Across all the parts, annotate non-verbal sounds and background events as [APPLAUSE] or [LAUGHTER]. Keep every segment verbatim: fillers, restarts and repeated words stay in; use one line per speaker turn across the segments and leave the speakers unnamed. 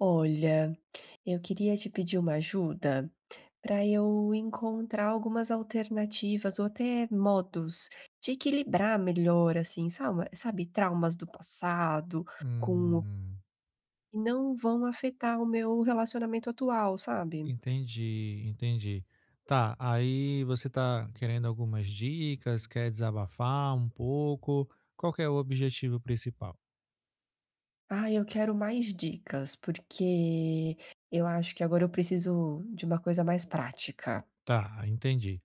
Olha, eu queria te pedir uma ajuda para eu encontrar algumas alternativas ou até modos de equilibrar melhor, assim, salma- sabe, traumas do passado com o
Hum,
que não vão afetar o meu relacionamento atual, sabe?
entendi, entendi. Tá, aí você tá querendo algumas dicas, quer desabafar um pouco. Qual que é o objetivo principal?
Ah, eu quero mais dicas, porque eu acho que agora eu preciso de uma coisa mais prática.
Tá, entendi.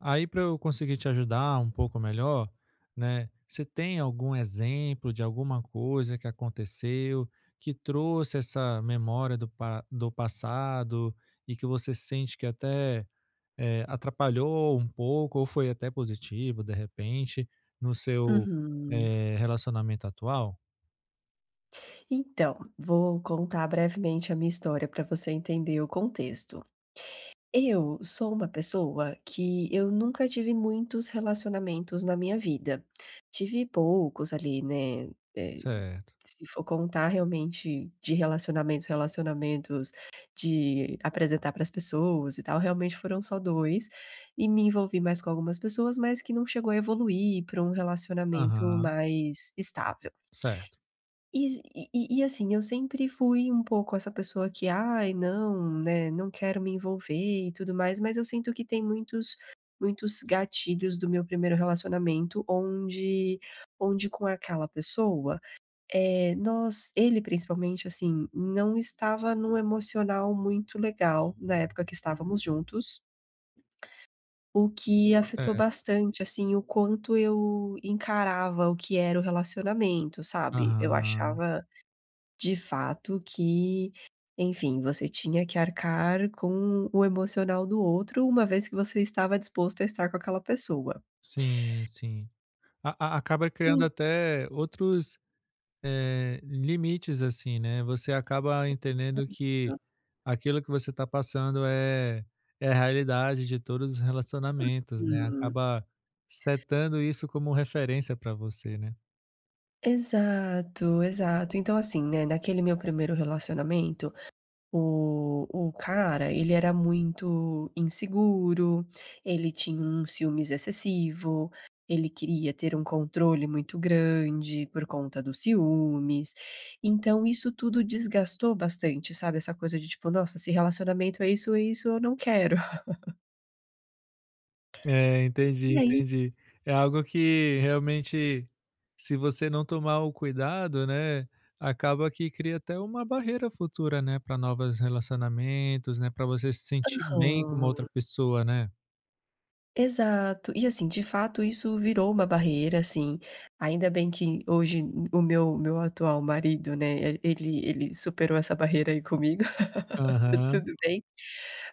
Aí para eu conseguir te ajudar um pouco melhor, né? Você tem algum exemplo de alguma coisa que aconteceu que trouxe essa memória do, pa- do passado e que você sente que até Eh, atrapalhou um pouco ou foi até positivo, de repente, no seu,
Uhum.
eh, relacionamento atual?
Então, vou contar brevemente a minha história para você entender o contexto. Eu sou uma pessoa que eu nunca tive muitos relacionamentos na minha vida. Tive poucos ali, né, eh,
Certo.
se for contar realmente de relacionamentos, relacionamentos de apresentar para as pessoas e tal, realmente foram só dois e me envolvi mais com algumas pessoas, mas que não chegou a evoluir para um relacionamento
Aham.
mais estável.
Certo.
E e e assim, eu sempre fui um pouco essa pessoa que: "Ai, não, né, não quero me envolver e tudo mais", mas eu sinto que tem muitos muitos gatilhos do meu primeiro relacionamento onde onde com aquela pessoa, é nós ele principalmente, assim, não estava num emocional muito legal na época que estávamos juntos, o que afetou
É.
bastante, assim, o quanto eu encarava o que era o relacionamento, sabe. Eu
Aham.
achava de fato que, enfim, você tinha que arcar com o emocional do outro, uma vez que você estava disposto a estar com aquela pessoa.
Sim, sim. A a acaba criando
Então
até outros, eh, limites, assim, né, você acaba entendendo que aquilo que você está passando é é a realidade de todos os relacionamentos, né, acaba setando isso como referência para você, né.
exato, exato. Então, assim, né, naquele meu primeiro relacionamento, O o cara, ele era muito inseguro, ele tinha um ciúmes excessivo, ele queria ter um controle muito grande por conta dos ciúmes, então isso tudo desgastou bastante, sabe, essa coisa de tipo: "Nossa, se relacionamento é isso, é isso, eu não quero".
É,
E
entendi,
aí
entendi. É algo que realmente, se você não tomar o cuidado, né, acaba que cria até uma barreira futura, né, para novos relacionamentos, né, para você se sentir bem com uma
aham,
outra pessoa, né.
exato. E assim, de fato isso virou uma barreira, assim, ainda bem que hoje o meu meu atual marido, né, ele ele superou essa barreira aí comigo. Tu
Aham,
tudo bem.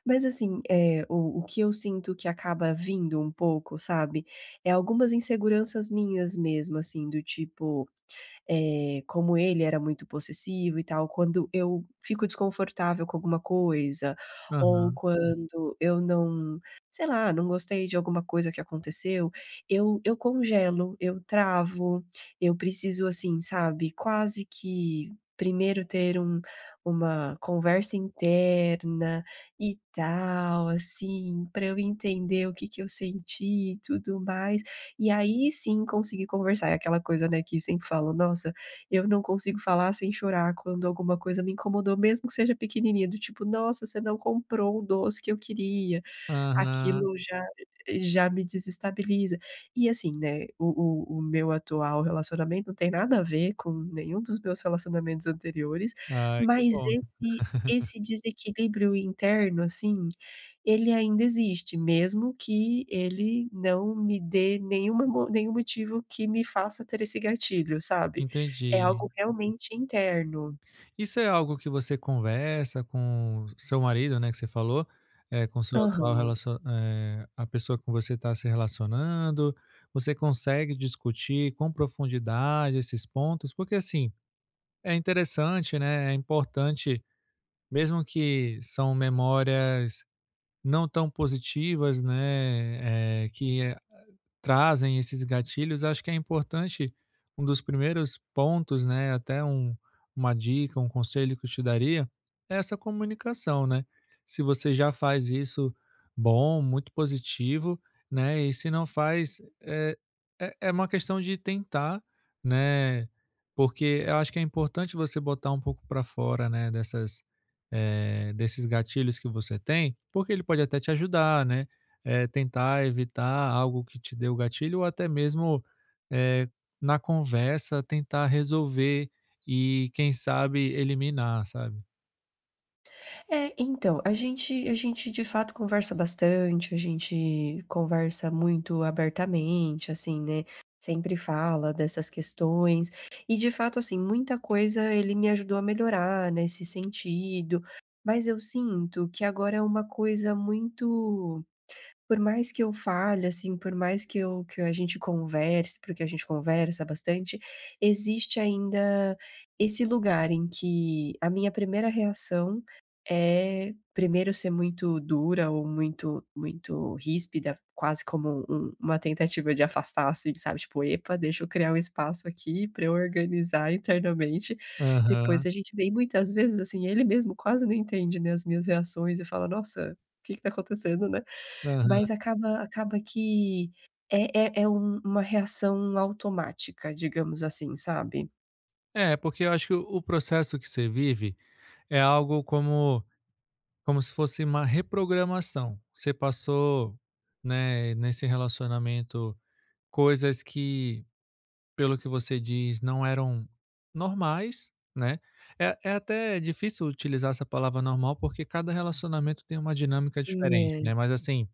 Mas assim, é o o que eu sinto que acaba vindo um pouco, sabe, é algumas inseguranças minhas mesmo, assim, do tipo: eh, como ele era muito possessivo e tal, quando eu fico desconfortável com alguma coisa, ou Hum.
aham,
quando eu não sei lá, não gostei de alguma coisa que aconteceu, eu eu congelo, eu travo, eu preciso assim, sabe, quase que primeiro ter um uma conversa interna e tal, assim, para eu entender o que que eu senti e tudo mais. E aí sim conseguir conversar. É aquela coisa, né, que sempre falam: "Nossa, eu não consigo falar sem chorar quando alguma coisa me incomodou", mesmo que seja pequenininha, do tipo: "Nossa, você não comprou o doce que eu queria".
aham.
Aquilo já já me desestabiliza. E assim, né, o o o meu atual relacionamento não tem nada a ver com nenhum dos meus relacionamentos anteriores,
Ai, que
mas
bom,
esse esse desequilíbrio interno, assim ele ainda existe, mesmo que ele não me dê nenhuma mo nenhum motivo que me faça ter esse gatilho, sabe. É algo
entendi.
realmente interno.
Isso é algo que você conversa com seu marido, né, que você falou, eh, com seu atual
Aham.
relacio eh, a pessoa com você está se relacionando, você consegue discutir com profundidade esses pontos? Porque, assim, é interessante, né, é importante, mesmo que são memórias não tão positivas, né, eh, que trazem esses gatilhos, acho que é importante um dos primeiros pontos, né, até um uma dica, um conselho que eu te daria, é essa comunicação, né. Se você já faz isso, bom, muito positivo, né, e se não faz, eh, é é uma questão de tentar, né, porque eu acho que é importante você botar um pouco para fora, né, dessas, eh, desses gatilhos que você tem, porque ele pode até te ajudar, né eh, tentar evitar algo que te deu gatilho ou até mesmo, eh, na conversa tentar resolver e quem sabe eliminar, sabe.
É, então, a gente a gente de fato conversa bastante, a gente conversa muito abertamente, assim, né, sempre fala dessas questões, e de fato, assim, muita coisa ele me ajudou a melhorar nesse sentido, mas eu sinto que agora é uma coisa muito. Por mais que eu fale, assim, por mais que eu que a gente converse, porque a gente conversa bastante, existe ainda esse lugar em que a minha primeira reação é primeiro ser muito dura ou muito muito ríspida, quase como um uma tentativa de afastar, assim, sabe, tipo: "Epa, deixa eu criar um espaço aqui para eu organizar internamente". Depois
Aham,
a gente vem e muitas vezes, assim, ele mesmo quase não entende, né, as minhas reações e fala: "Nossa, o que que tá acontecendo, né?"
aham.
Mas acaba acaba que é é é um uma reação automática, digamos assim, sabe.
É, porque eu acho que o o processo que você vive é algo como como se fosse uma reprogramação. Você passou, né, nesse relacionamento coisas que, pelo que você diz, não eram normais, né. É é até difícil utilizar essa palavra normal, porque cada relacionamento tem uma dinâmica
Hum,
diferente,
é.
né, mas assim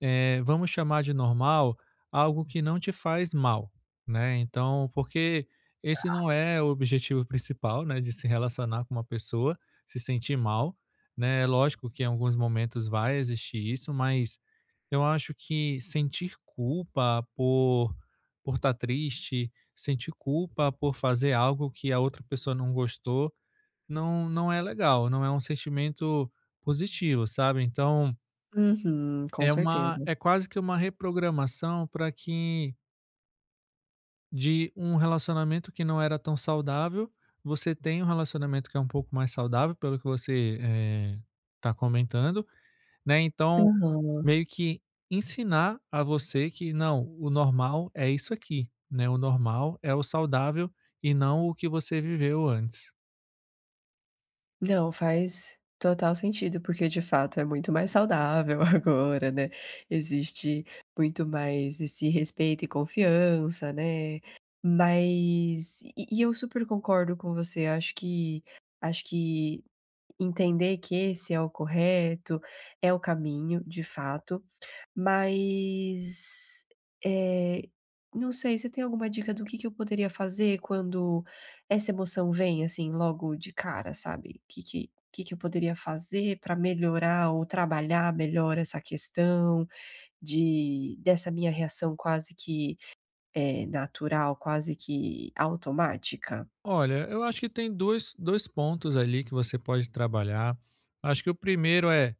eh, vamos chamar de normal algo que não te faz mal, né. Então, porque esse não é o objetivo principal, né, de se relacionar com uma pessoa, se sentir mal, né. É lógico que em alguns momentos vai existir isso, mas eu acho que sentir culpa por por estar triste, sentir culpa por fazer algo que a outra pessoa não gostou, não não é legal, não é um sentimento positivo, sabe. Então
Uhum, com
é uma
certeza.
é quase que uma reprogramação para que, de um relacionamento que não era tão saudável, você tenha um relacionamento que é um pouco mais saudável, pelo que você está comentando, né. Então,
Aham.
meio que ensinar a você que: "Não, o normal é isso aqui, né, o normal é o saudável e não o que você viveu antes".
Não, faz total sentido, porque de fato é muito mais saudável [LAUGHS] agora, né, existe muito mais esse respeito e confiança, né. Mas e e eu super concordo com você, acho que acho que entender que esse é o correto, é o caminho, de fato. Mas, eh, não sei, você tem alguma dica do que que eu poderia fazer quando essa emoção vem, assim, logo de cara, sabe? Que que que que eu poderia fazer para melhorar ou trabalhar melhor essa questão de dessa minha reação quase que, eh, natural, quase que automática?
Olha, eu acho que tem dois dois pontos ali que você pode trabalhar. Acho que o primeiro é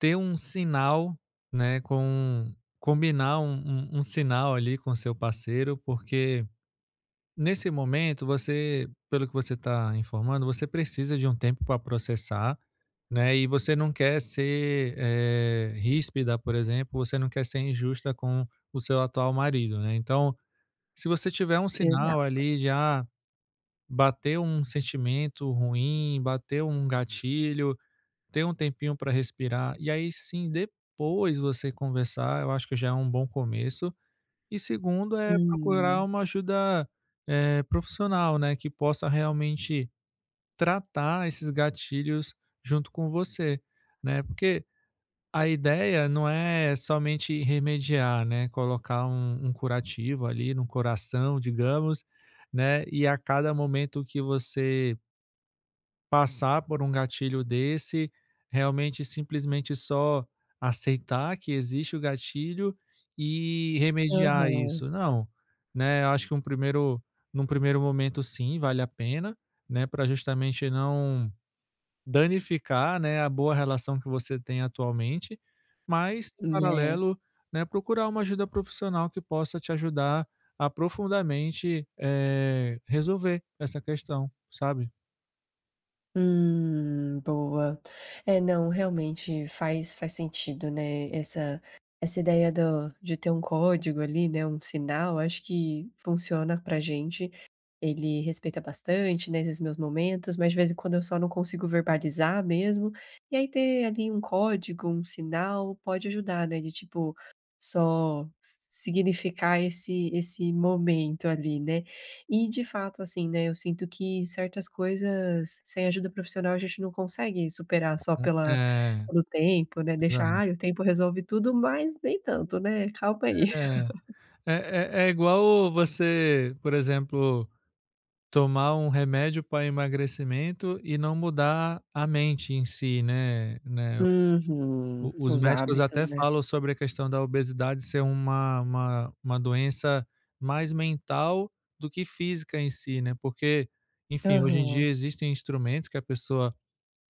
ter um sinal, né, com combinar um um um sinal ali com seu parceiro, porque nesse momento você, pelo que você está informando, você precisa de um tempo para processar, né, e você não quer ser, eh, ríspida, por exemplo, você não quer ser injusta com o seu atual marido, né. Então, se você tiver um sinal
Exato.
ali, já ah, bateu um sentimento ruim, bateu um gatilho, ter um tempinho para respirar e aí sim, depois você conversar, eu acho que já é um bom começo. E segundo é procurar
Hum.
uma ajuda, eh, profissional, né, que possa realmente tratar esses gatilhos junto com você, né. Porque a ideia não é somente remediar, né, colocar um um curativo ali no coração, digamos, né, e a cada momento que você passar por um gatilho desse, realmente simplesmente só aceitar que existe o gatilho e remediar
Aham.
isso. Não, né, eu acho que um primeiro num primeiro momento sim, vale a pena, né, para justamente não danificar, né, a boa relação que você tem atualmente, mas em
É.
paralelo, né, procurar uma ajuda profissional que possa te ajudar a profundamente, eh, resolver essa questão, sabe.
Hum, boa. É, não, realmente faz faz sentido, né, essa essa ideia do de ter um código ali, né, um sinal, acho que funciona pra gente. Ele respeita bastante, né, esses meus momentos, mas de vez em quando eu só não consigo verbalizar mesmo. E aí ter ali um código, um sinal pode ajudar, né, de tipo, só s significar esse esse momento ali, né. E de fato, assim, né, eu sinto que certas coisas sem ajuda profissional a gente não consegue superar só pela
É,
pelo tempo, né, deixar: ah, o tempo resolve tudo", mas nem tanto, né, calma aí. [LAUGHS]
É. É é é igual você, por exemplo, tomar um remédio para emagrecimento e não mudar a mente em si, né né.
Uhum,
O os
os
médicos
hábitos,
até
né.
falam sobre a questão da obesidade ser uma uma uma doença mais mental do que física em si, né, porque, enfim, hoje em
Aham.
dia existem instrumentos que a pessoa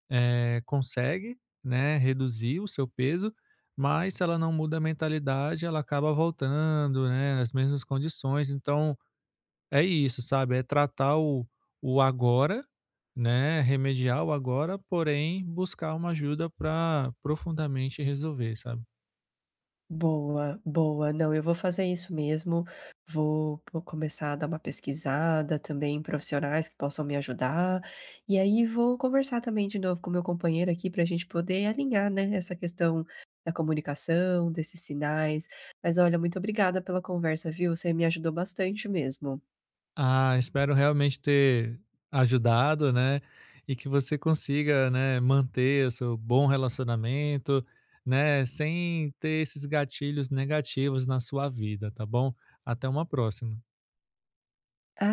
eh, consegue, né, reduzir o seu peso, mas se ela não muda a mentalidade, ela acaba voltando, né, nas mesmas condições. Então, é isso, sabe? É tratar o, o agora, né, remediar o agora, porém buscar uma ajuda para profundamente resolver, sabe?
Boa, boa. Não, eu vou fazer isso mesmo. Vou po- começar a dar uma pesquisada também em profissionais que possam me ajudar. E aí vou conversar também de novo com o meu companheiro aqui para a gente poder alinhar, né, essa questão da comunicação, desses sinais. Mas olha, muito obrigada pela conversa, viu? Você me ajudou bastante mesmo.
Ah, espero realmente ter ajudado, né, e que você consiga, né, manter o seu bom relacionamento, né, sem ter esses gatilhos negativos na sua vida, tá bom? Até uma próxima.